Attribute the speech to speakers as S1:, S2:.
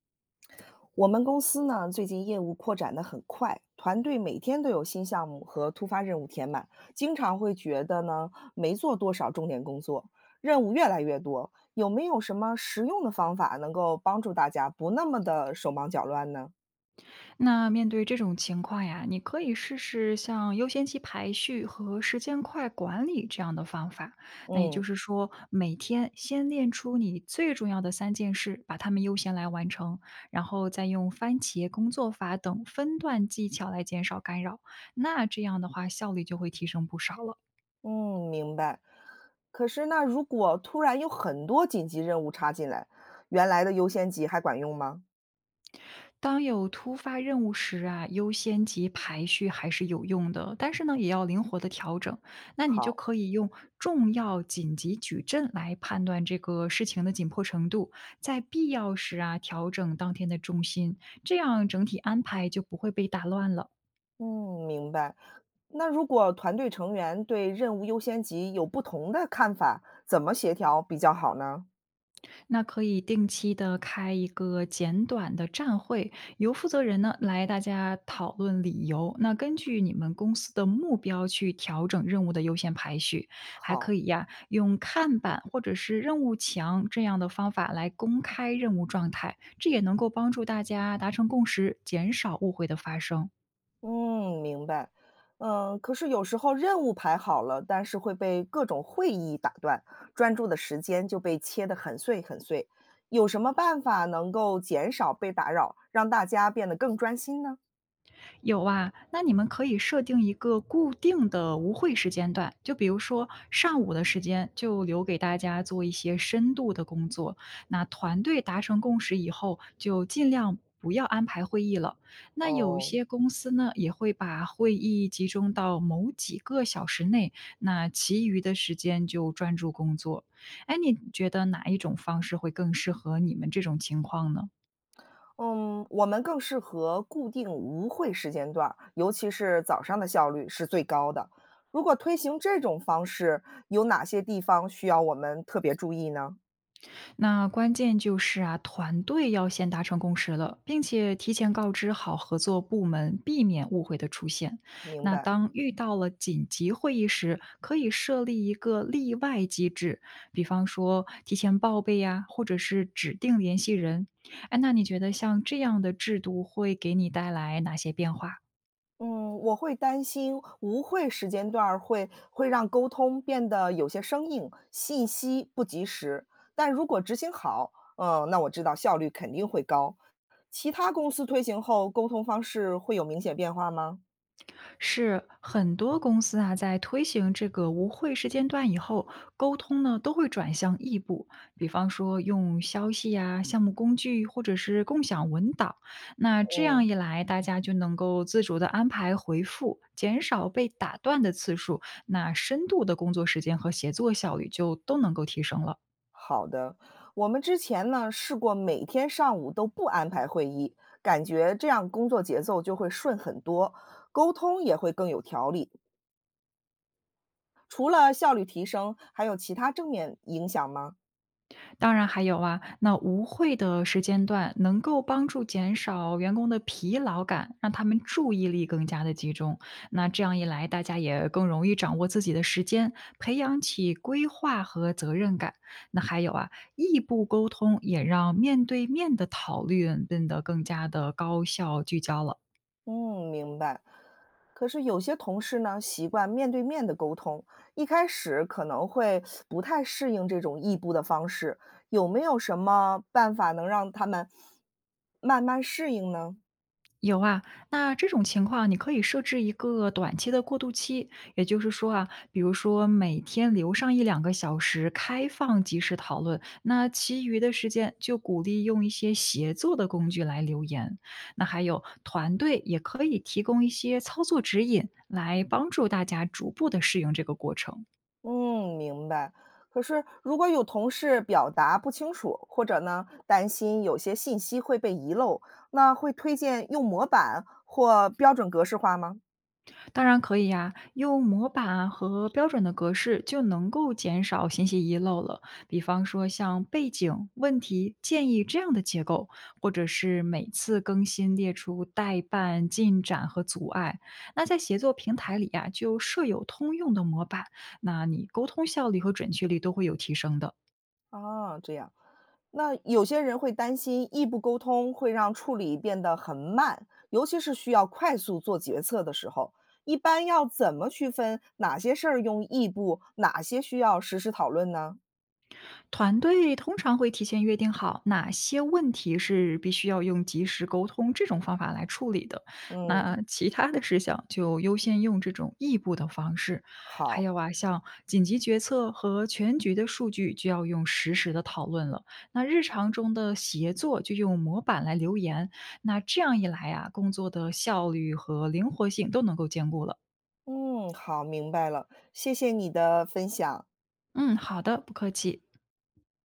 S1: 我们公司呢，最近业务扩展的很快，团队每天都有新项目和突发任务填满，经常会觉得呢，没做多少重点工作，任务越来越多。有没有什么实用的方法能够帮助大家不那么的手忙脚乱呢？
S2: 那面对这种情况呀，你可以试试像优先级排序和时间块管理这样的方法。那也
S1: 嗯
S2: 就是说，每天先练出你最重要的三件事，把它们优先来完成，然后再用番茄工作法等分段技巧来减少干扰。那这样的话，效率就会提升不少了。
S1: 嗯，明白。可是呢，如果突然有很多紧急任务插进来，原来的优先级还管用吗？
S2: 当有突发任务时啊，优先级排序还是有用的，但是呢，也要灵活的调整。那你就
S1: 好。
S2: 可以用重要、紧急、矩阵来判断这个事情的紧迫程度，在必要时啊，调整当天的重心，这样整体安排就不会被打乱了。
S1: 嗯，明白。那如果团队成员对任务优先级有不同的看法，怎么协调比较好呢？
S2: 那可以定期的开一个简短的站会，由负责人呢来大家讨论理由，那根据你们公司的目标去调整任务的优先排序，还
S1: 好，
S2: 可以呀用看板或者是任务墙这样的方法来公开任务状态，这也能够帮助大家达成共识，减少误会的发生。
S1: 嗯，明白。嗯，可是有时候任务排好了，但是会被各种会议打断，专注的时间就被切得很碎很碎。有什么办法能够减少被打扰，让大家变得更专心呢？
S2: 有啊，那你们可以设定一个固定的无会时间段，就比如说上午的时间就留给大家做一些深度的工作。那团队达成共识以后，就尽量不要安排会议了。那有
S1: 哦，
S2: 些公司呢，也会把会议集中到某几个小时内，那其余的时间就专注工作。哎，你觉得哪一种方式会更适合你们这种情况呢？
S1: 嗯，我们更适合固定无会时间段儿尤其是早上的效率是最高的。如果推行这种方式，有哪些地方需要我们特别注意呢？
S2: 那关键就是啊，团队要先达成共识了，并且提前告知好合作部门，避免误会的出现。
S1: 明
S2: 那
S1: 白。
S2: 当遇到了紧急会议时，可以设立一个例外机制，比方说提前报备呀、或者是指定联系人。哎，那你觉得像这样的制度会给你带来哪些变化？
S1: 嗯，我会担心无会时间段儿会让沟通变得有些生硬，信息不及时。但如果执行好，嗯，那我知道效率肯定会高。其他公司推行后，沟通方式会有明显变化吗？
S2: 是很多公司啊，在推行这个无会时间段以后，沟通呢都会转向异步，比方说用消息呀、项目工具或者是共享文档。那这
S1: 嗯。
S2: 样一来，大家就能够自主的安排回复，减少被打断的次数，那深度的工作时间和协作效率就都能够提升了。
S1: 好的，我们之前呢试过每天上午都不安排会议，感觉这样工作节奏就会顺很多，沟通也会更有条理。除了效率提升，还有其他正面影响吗？
S2: 当然还有啊，那无会的时间段能够帮助减少员工的疲劳感，让他们注意力更加的集中。那这样一来，大家也更容易掌握自己的时间，培养起规划和责任感。那还有啊，异步沟通也让面对面的讨论变得更加的高效聚焦了。
S1: 嗯，明白。可是有些同事呢，习惯面对面的沟通，一开始可能会不太适应这种异步的方式，有没有什么办法能让他们慢慢适应呢？
S2: 有啊，那这种情况你可以设置一个短期的过渡期，也就是说啊，比如说每天留上一两个小时开放即时讨论，那其余的时间就鼓励用一些协作的工具来留言。那还有团队也可以提供一些操作指引，来帮助大家逐步的适应这个过程。
S1: 嗯，明白。可是如果有同事表达不清楚，或者呢担心有些信息会被遗漏，那会推荐用模板或标准格式化吗？
S2: 当然可以呀，用模板和标准的格式就能够减少信息遗漏了。比方说像背景、问题、建议这样的结构，或者是每次更新列出待办、进展和阻碍。那在协作平台里呀，就设有通用的模板，那你沟通效率和准确率都会有提升的。
S1: 啊，这样。那有些人会担心异步沟通会让处理变得很慢，尤其是需要快速做决策的时候，一般要怎么区分哪些事儿用异步，哪些需要实时讨论呢？
S2: 团队通常会提前约定好哪些问题是必须要用及时沟通这种方法来处理的，
S1: 嗯，
S2: 那其他的事项就优先用这种异步的方式。还
S1: 好，
S2: 有啊，像紧急决策和全局的数据就要用实时的讨论了。那日常中的协作就用模板来留言，那这样一来啊，工作的效率和灵活性都能够兼顾了。
S1: 嗯，好，明白了，谢谢你的分享。
S2: 嗯，好的，不客气。